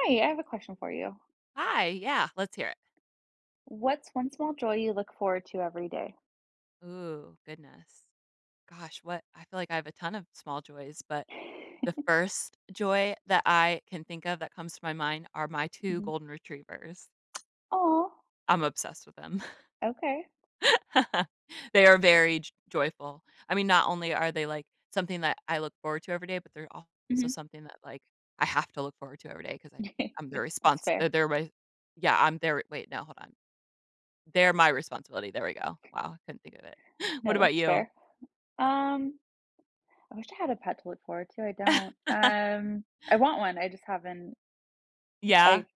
Hi, I have a question for you. Hi, yeah, let's hear it. What's one small joy you look forward to every day? Ooh, goodness. Gosh, what I feel like I have a ton of small joys, but the first joy that I can think of that comes to my mind are my 2 Mhm. golden retrievers. Oh, I'm obsessed with them. okay. They are very j joyful. I mean, not only are they, like, something that I look forward to every day, but they're also Mhm. something that, like, I have to look forward to every day 'cause I I'm Yeah, their that's respons fair. they're my yeah, I'm their wait, no, hold on. They're my responsibility, there we go. Wow, I couldn't think of it. What No, about that's you? fair. Um, I wish I had a pet to look forward to. I don't. I want one. I just haven't. Yeah, I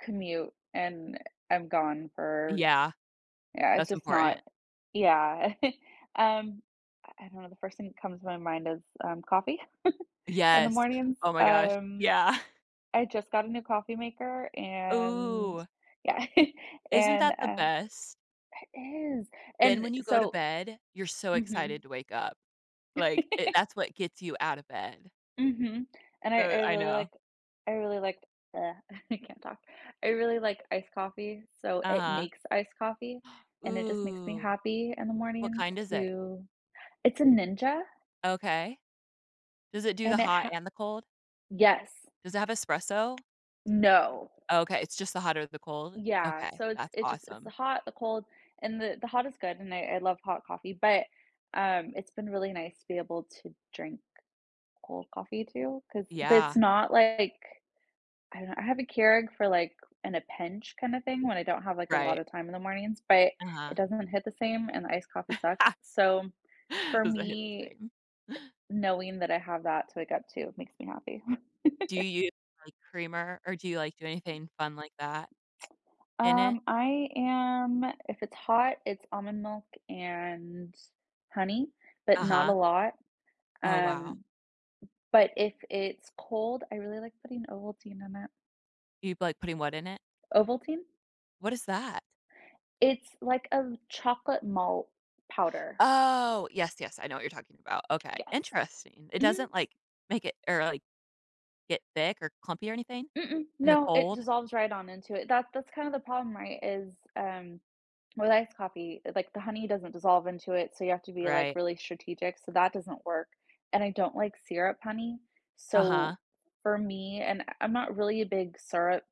commute and I'm gone for, yeah, yeah, it's that's just not, important. yeah. Um, I don't know. The first thing that comes to my mind is coffee in the Yes. mornings. Oh my gosh, yeah. I just got a new coffee maker, and Ooh, yeah, isn't and, that the best? it is, Then and when you go to so bed, you're so Mhm. excited to wake up. Like, it Mhm, that's what gets you out of bed. and I So I really know. like I really like uh, I can't talk. I really like iced coffee, so it Uh-huh. makes iced coffee, and it just makes me Ooh, happy in the what mornings kind is it? to It's a Ninja, Okay. Does it do the and it hot ha and the cold? Yes. Does it have espresso? No. Okay, it's just the hot or the cold? Yeah, Okay, so it's that's it's just it's the awesome. hot, the cold, and the hot is good, and I love hot coffee, but it's been really nice to be able to drink cold coffee too, because Yeah, it's not like I don't know, I have a Keurig for like in a pinch kind of thing when I don't have like a lot right. of time in the mornings, but it Uh-huh. doesn't hit the same, and the iced coffee sucks. So for Does it hit the me, same? knowing that I have that to wake up to makes me happy. Do you use, like, creamer or do you, like, do anything fun like that in it? I am if it's hot, it's almond milk and honey, but not a Uh-huh. lot. Oh, wow. Um, but if it's cold, I really like putting Ovaltine in it. You like putting what in it? Ovaltine? What is that? It's like a chocolate malt powder. Oh, yes, yes, I know what you're talking about. Okay, Yes. interesting. It Mhm. doesn't, like, make it or, like, get thick or clumpy or anything Mm-mm. in the No, it cold? dissolves right on into it. That's kind of the problem, right? Is with iced coffee, like, the honey doesn't dissolve into it, so you have to be, like, Right. really strategic, so that doesn't work, and I don't like syrup honey, so Uh-huh. for me and I'm not really a big syrup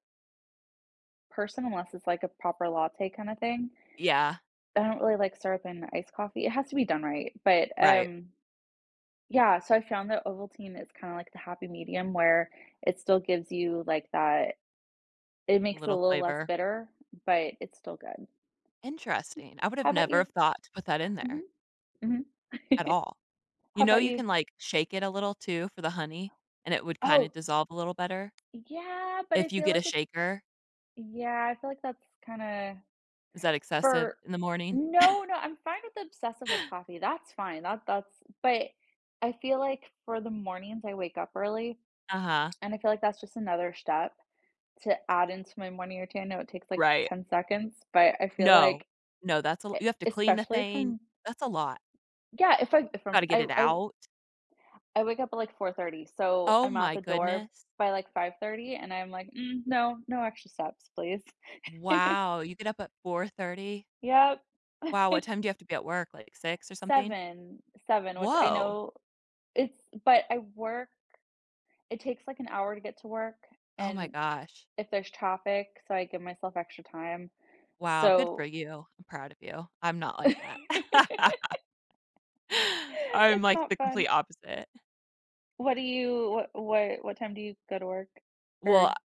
person unless it's, like, a proper latte kinda thing. Yeah, I don't really like syrup in iced coffee. It has to be done right, but, right. Yeah, so I found that Ovaltine is kinda like the happy medium where it still gives you, like, that it A makes it a little little less flavor. bitter, but it's still good. Interesting. I would How have about never you? have thought to put that in Mhm. there Mhm. at all. You How know, about you you? can, like, shake it a little too for the honey, and it would kinda Oh, dissolve a little better yeah, but I if you feel get a like it's shaker. yeah, I feel like that's kinda Is that excessive for in the morning? no, no, I'm fine with the obsessive with coffee, that's fine, that's but I feel like for the mornings I wake up early, Uh-huh. and I feel like that's just another step to add into my morning routine. I know it takes, like, Right. 10 seconds, but I feel No. like No, that's a l e you have to clean the especially thing. from That's a lot. yeah, if I'm Gotta get it out. I wake up at, like, 4:30, so Oh I'm out my the door goodness. by, like, 5:30, and I'm like, "Mm, no, no extra steps, please." Wow, you get up at 4:30? Yep. Wow, what time do you have to be at work, like 6 or something? 7, 7, which I Whoa. know it's but I work it takes, like, an hour to get to work, Oh my and gosh. if there's traffic, so I give myself extra time. Wow, good for So, you. I'm proud of you. I'm not like that. I'm it's like the not fun. complete opposite. What time do you go to work? Well, Or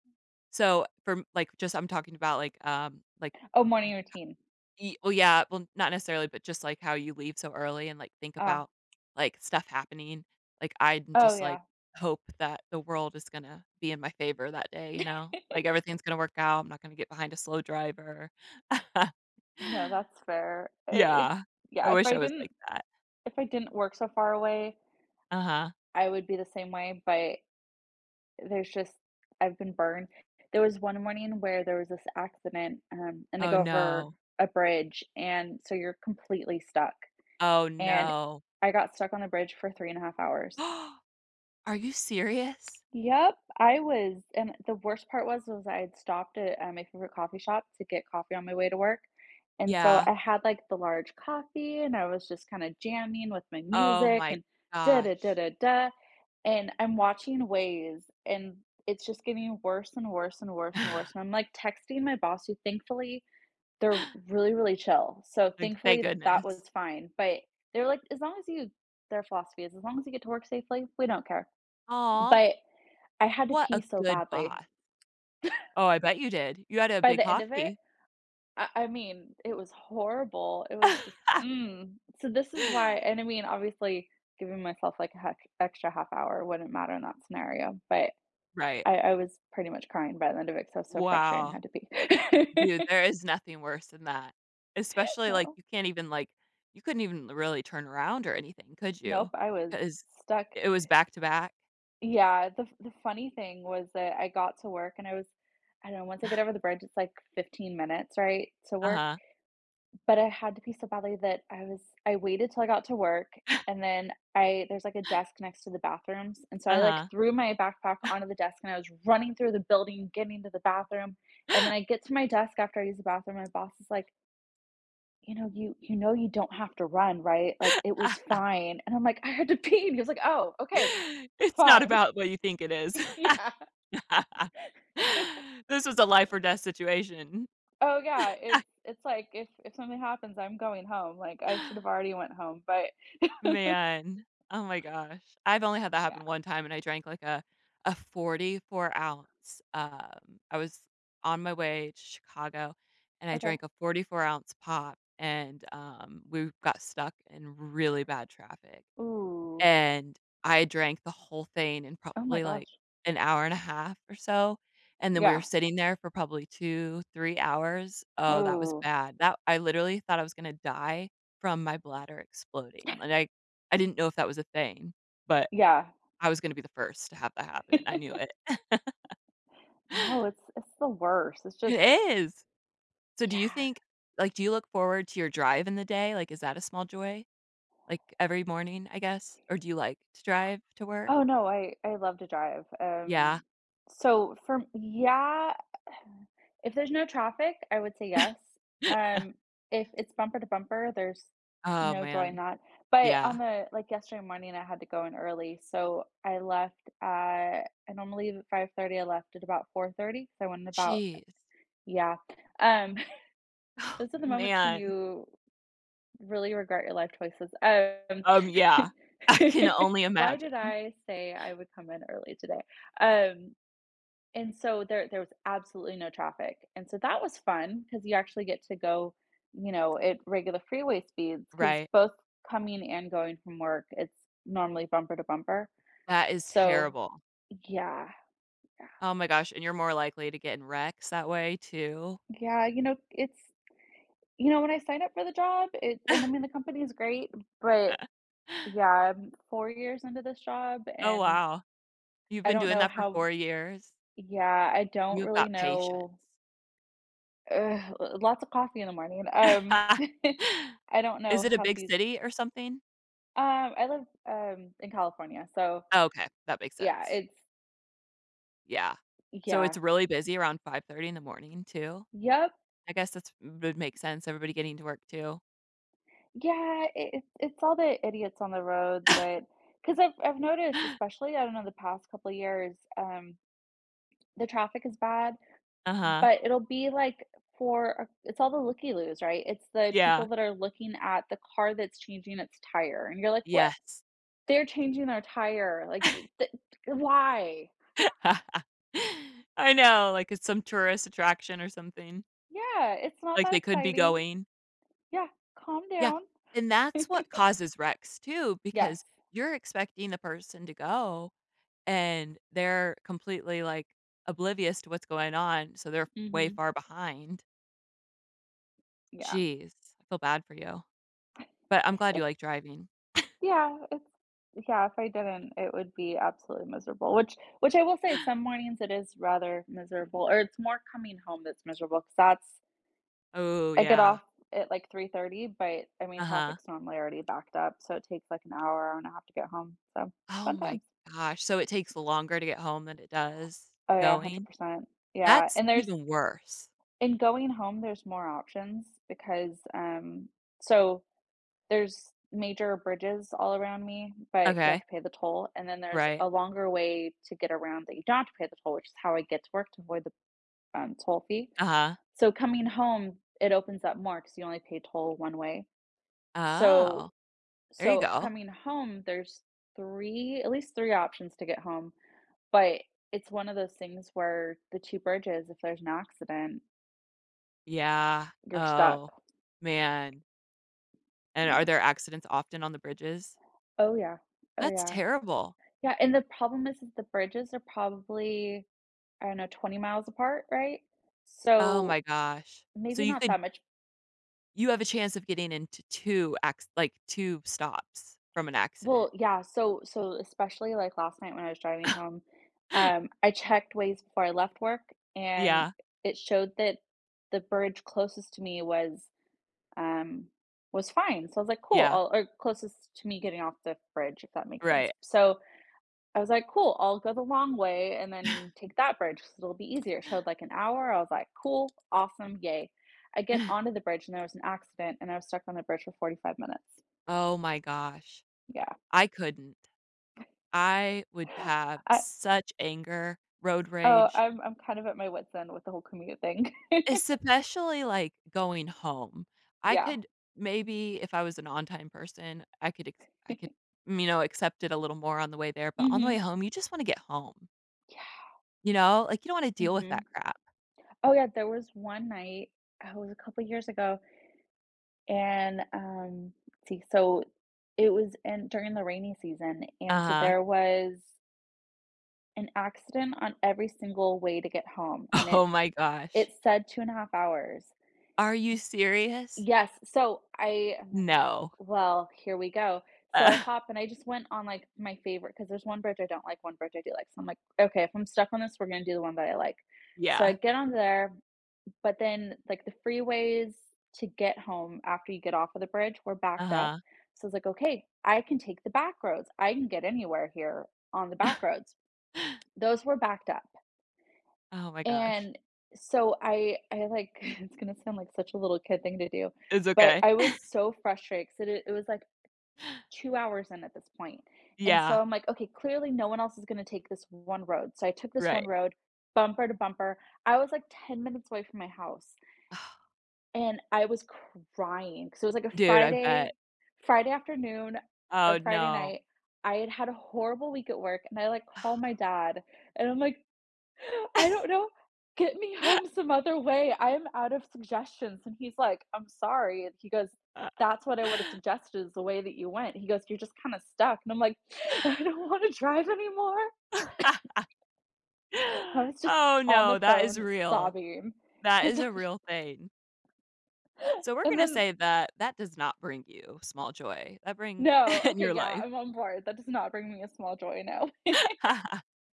so for m like, just I'm talking about, like oh, morning routine. Ye well, yeah, well, not necessarily, but just, like, how you leave so early and, like, think Ah. about, like, stuff happening. Like, I'm Oh, just, like, yeah. hope that the world is gonna be in my favor that day, you know? Like, everything's gonna work out, I'm not gonna get behind a slow driver. No, that's fair. It Yeah. I yeah, wish I was like that. if I didn't work so far away, Uh-huh. I would be the same way, but there's just I've been burned. There was one morning where there was this accident, and they Oh, go over no. a bridge, and so you're completely stuck. Oh, And no. I got stuck on the bridge for 3.5 hours. Are you serious? Yep, I was and the worst part was I had stopped at, my favorite coffee shop to get coffee on my way to work, and so Yeah. I had, like, the large coffee, and I was just kinda jamming with my Oh music my and da da da gosh. da da, and I'm watching Waze, and it's just getting worse and worse and worse and worse, and I'm, like, texting my boss who thankfully they're really, really chill, so Like, thank thankfully that goodness. was fine, but they're like, "As long as you" their philosophy is, "As long as you get to work safely, we don't care." Aw. But I had to What pee a so good badly. boss. Oh, I bet you did. You had a By big the end of it, coffee. I mean, it was horrible. It was just, mm. So this is why and I mean, obviously, giving myself, like, a heck extra half hour wouldn't matter in that scenario, but Right. I was pretty much crying by the end of it because I was so frustrated and Wow. had to pee. Dude, there is nothing worse than that. Especially, like, No. you can't even, like you couldn't even really turn around or anything, could you? Nope, I was Because stuck. it was back to back. Yeah, the funny thing was that I got to work and I don't know, once I get over the bridge, it's, like, 15 minutes, right, to work? Uh-huh. But I had to be so badly that I waited till I got to work, and then I there's, like, a desk next to the bathrooms, and so I, like, Uh-huh. threw my backpack onto the desk, and I was running through the building, getting to the bathroom, and then I get to my desk after I use the bathroom, my boss is like, "You know, you know you don't have to run, right? Like, it was fine." And I'm like, "I had to pee." And he was like, "Oh, okay, It's not fine." about what you think it is. Yeah. This was a life or death situation. Oh, yeah, it's like, if something happens, I'm going home, like, I should have already went home, but Man, oh my gosh. I've only had that yeah. happen one time and I drank like a 44 ounce. I was on my way to Chicago and I Okay. drank a 44-ounce pop and we got stuck in really bad traffic. Ooh. And I drank the whole thing in Oh my probably, like, gosh. an hour and a half or so, and then we were Yeah. sitting there for probably 2, 3 hours. Oh, that was Oh, bad. That I literally thought I was gonna die from my bladder exploding, like, I didn't know if that was a thing, but yeah. I was gonna be the first to have that happen, I knew it. No, it's the worst. It's It just, is. So do you yeah. think do you look forward to your drive in the day? Like, is that a small joy? Like, every morning, I guess? Or do you like to drive to work? Oh, no, I love to drive. Yeah. So for yeah, if there's no traffic, I would say yes. Um, if it's bumper to bumper, there's Oh, no joy in man. that. But Yeah. on the like yesterday morning, I had to go in early, so I normally leave at 5:30. I left at about 4:30, so I went in about Jeez. yeah. Um, Oh, those are the moments when man. you really regret your life choices. Yeah. I can only why did imagine, I say I would come in early today? Um, and so there was absolutely no traffic. And so that was fun because you actually get to go, at regular freeway speeds because right? both coming and going from work, it's normally bumper to bumper. That is So terrible. yeah, Oh my gosh, and you're more likely to get in wrecks that way too. yeah, yeah, when I signed up for the job, it and I mean the company is great, but yeah, I'm 4 years into this job, Oh, and wow. You've I been don't doing know that for how 4 years. yeah, I don't You've really got know patience. ugh, lots of coffee in the morning, I don't Is know it a how big fees city or something? I live, in California, so, Okay, that makes yeah, sense. it's Yeah. So it's yeah. really busy around 5:30 in the morning too? Yep. I guess that's would make sense, everybody getting to work too. Yeah, it's all the idiots on the road that because I 'cause I've noticed, especially, I don't know, the past couple of years, the traffic is bad, Uh-huh. but it'll be like it's all the looky-loos, right? It's the Yeah. people that are looking at the car that's changing its tire, and you're like, "What? Yes. They're changing their tire, like, y th why?" I know, like, it's some tourist attraction or something. Yeah, it's not Like, that they could be exciting. going. Yeah, calm Yeah, down. and that's what causes wrecks too, Yes. because you're expecting the person to go, and they're completely, like, oblivious to what's going on, so they're way Mhm. far behind. Yeah. Jeez, I feel bad for you, but I'm glad you It's like driving. yeah, it's yeah, if I didn't, it would be absolutely miserable, which I will say some mornings it is rather miserable, or it's more coming home that's miserable. Cause that's Oh, I get yeah. off at like 3:30, but I mean, Uh-huh. traffic's normally already backed up, so it takes like an hour, hour and a half to get home. So, Oh fun my times. gosh, so it takes longer to get home than it does Oh yeah, going? 100%. Yeah, That's and there's even worse. in going home, there's more options because, so there's major bridges all around me, but you have Okay, to pay the toll, and then there's right. a longer way to get around that you don't have to pay the toll, which is how I get to work to avoid the, toll fee. Uh-huh. So coming home, it opens up more because you only pay toll one way. Oh, So there you So go. coming home, there's 3 at least 3 options to get home, but it's one of those things where the 2 bridges, if there's an accident, Yeah. you're Oh, stuck. man. And Yeah. are there accidents often on the bridges? Oh, yeah. Oh, That's yeah. terrible. Yeah, and the problem is that the bridges are probably, I don't know, 20 miles apart, right? Oh my So, gosh. Maybe not that much You have a chance of getting into 2 acc like, 2 stops from an accident. well, yeah, so especially, like, last night when I was driving home, I checked ways before I left work, and Yeah, it showed that the bridge closest to me um, was fine. So I was like, cool. yeah, or closest to me getting off the bridge, if that makes sense. right. So I was like, cool. I'll go the long way and then take that bridge because it'll be easier. It showed like an hour. I was like, cool, awesome, yay. I get onto the bridge and there was an accident and I was stuck on the bridge for 45 minutes. Oh my gosh. Yeah. I couldn't. I would have I, such anger, road oh, rage, I'm kind of at my wits' end with the whole commute thing. especially, like, going home. I yeah. could maybe if I was an on-time person, I could, mm, you know, accept it a little more on the way there, but on the Mm-hmm. way home, you just wanna get home, Yeah. you know? Like, you don't wanna deal with Mm-hmm. that crap. Oh yeah, there was one night, oh, it was a couple years ago. And, let's see, so it was in during the rainy season, and so Uh-huh. there was an accident on every single way to get home, and it Oh my gosh. it said 2.5 hours. Are you serious? Yes, so I'm like, "Oh, No. well, here we go." So I Uh, hop and I just went on, like, my favorite, because there's one bridge I don't like, one bridge I do like, so I'm like, "Okay, if I'm stuck on this, we're gonna do the one that I like." So yeah. I get on there, but then, like, the freeways to get home after you get off of the bridge were backed up. Uh-huh. So I was like, okay, I can take the back roads. I can get anywhere here on the back roads. Those were backed up. Oh my gosh. And so I like it's gonna sound like such a little kid thing to do, It's but okay. I was so frustrated 'cause it was like 2 hours in at this point. And Yeah, so I'm like, okay, clearly no one else is gonna take this one road. So I took this one right. road, bumper to bumper. I was like 10 minutes away from my house. And I was crying, 'cause it was like a Dude, I bet. Friday afternoon or Oh, Friday no. night. I had had a horrible week at work, and I, like, called my dad, and I'm like, "I don't know, get me home some other way, I am out of suggestions," and he's like, "I'm sorry," and he goes, "That's what I would've suggested is the way that you went," he goes, "You're just kinda stuck," and I'm like, "I don't wanna drive anymore." I was just Oh, on the no, that is phone real. sobbing, That is because, a real thing. So we're and gonna then say that that does not bring you small joy. That bring no, in okay, your yeah, life. I'm on board. That does not bring me a small joy, no.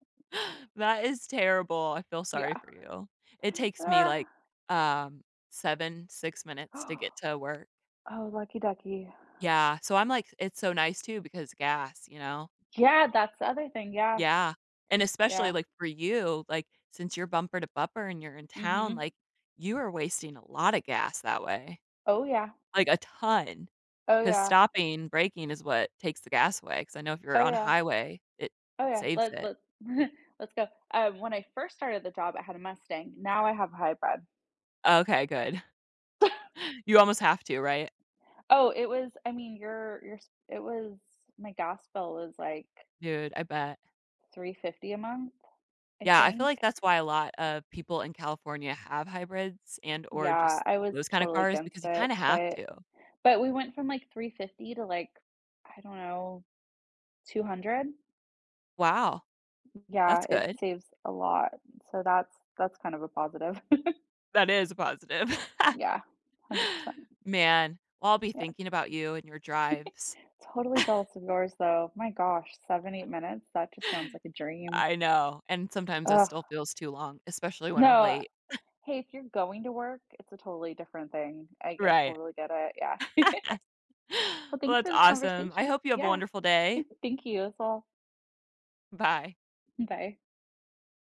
That is terrible. I feel Yeah. sorry for you. It takes me, Ah. like, um, 7, 6 minutes to get to work. Oh, lucky ducky. Yeah, so I'm like, it's so nice too because gas, you know? Yeah, that's the other thing, yeah, Yeah, and especially, yeah, like, for you, like, since you're bumper to bumper and you're in town, mhm. like, you are wasting a lot of gas that way, Oh, yeah, like, a ton. oh, Because yeah, stopping, braking is what takes the gas away. Because I know if you're oh, on a yeah, highway, it oh, yeah, saves it. let's let's go. When I first started the job, I had a Mustang, now I have a hybrid. Okay, good. You almost have to, right? Oh, it was I mean, your s it was my gas bill was, like, Dude, I bet. 350 a month, I Yeah, I feel think. like that's why a lot of people in California have hybrids and or Yeah, just I was those kinda totally cars against because you it, kinda have but to. But we went from, like, 350 to, like, I don't know, 200? Wow, that's Yeah, it good. saves a lot. So that's kind of a positive. That is a positive. Yeah, 100%. Man, well, I'll be Yeah. thinking about you and your drives. Totally jealous of yours, though. My gosh, 7, 8 minutes? That just sounds like a dream. I know, and sometimes that Ugh. still feels too long, especially when I'm No. late. Hey, if you're going to work, it's a totally different thing. I Right. totally get it, yeah. Well, Well, thank you that's for this awesome. I conversation. hope you have a Yeah. wonderful day. Thank you as well. Bye. Bye.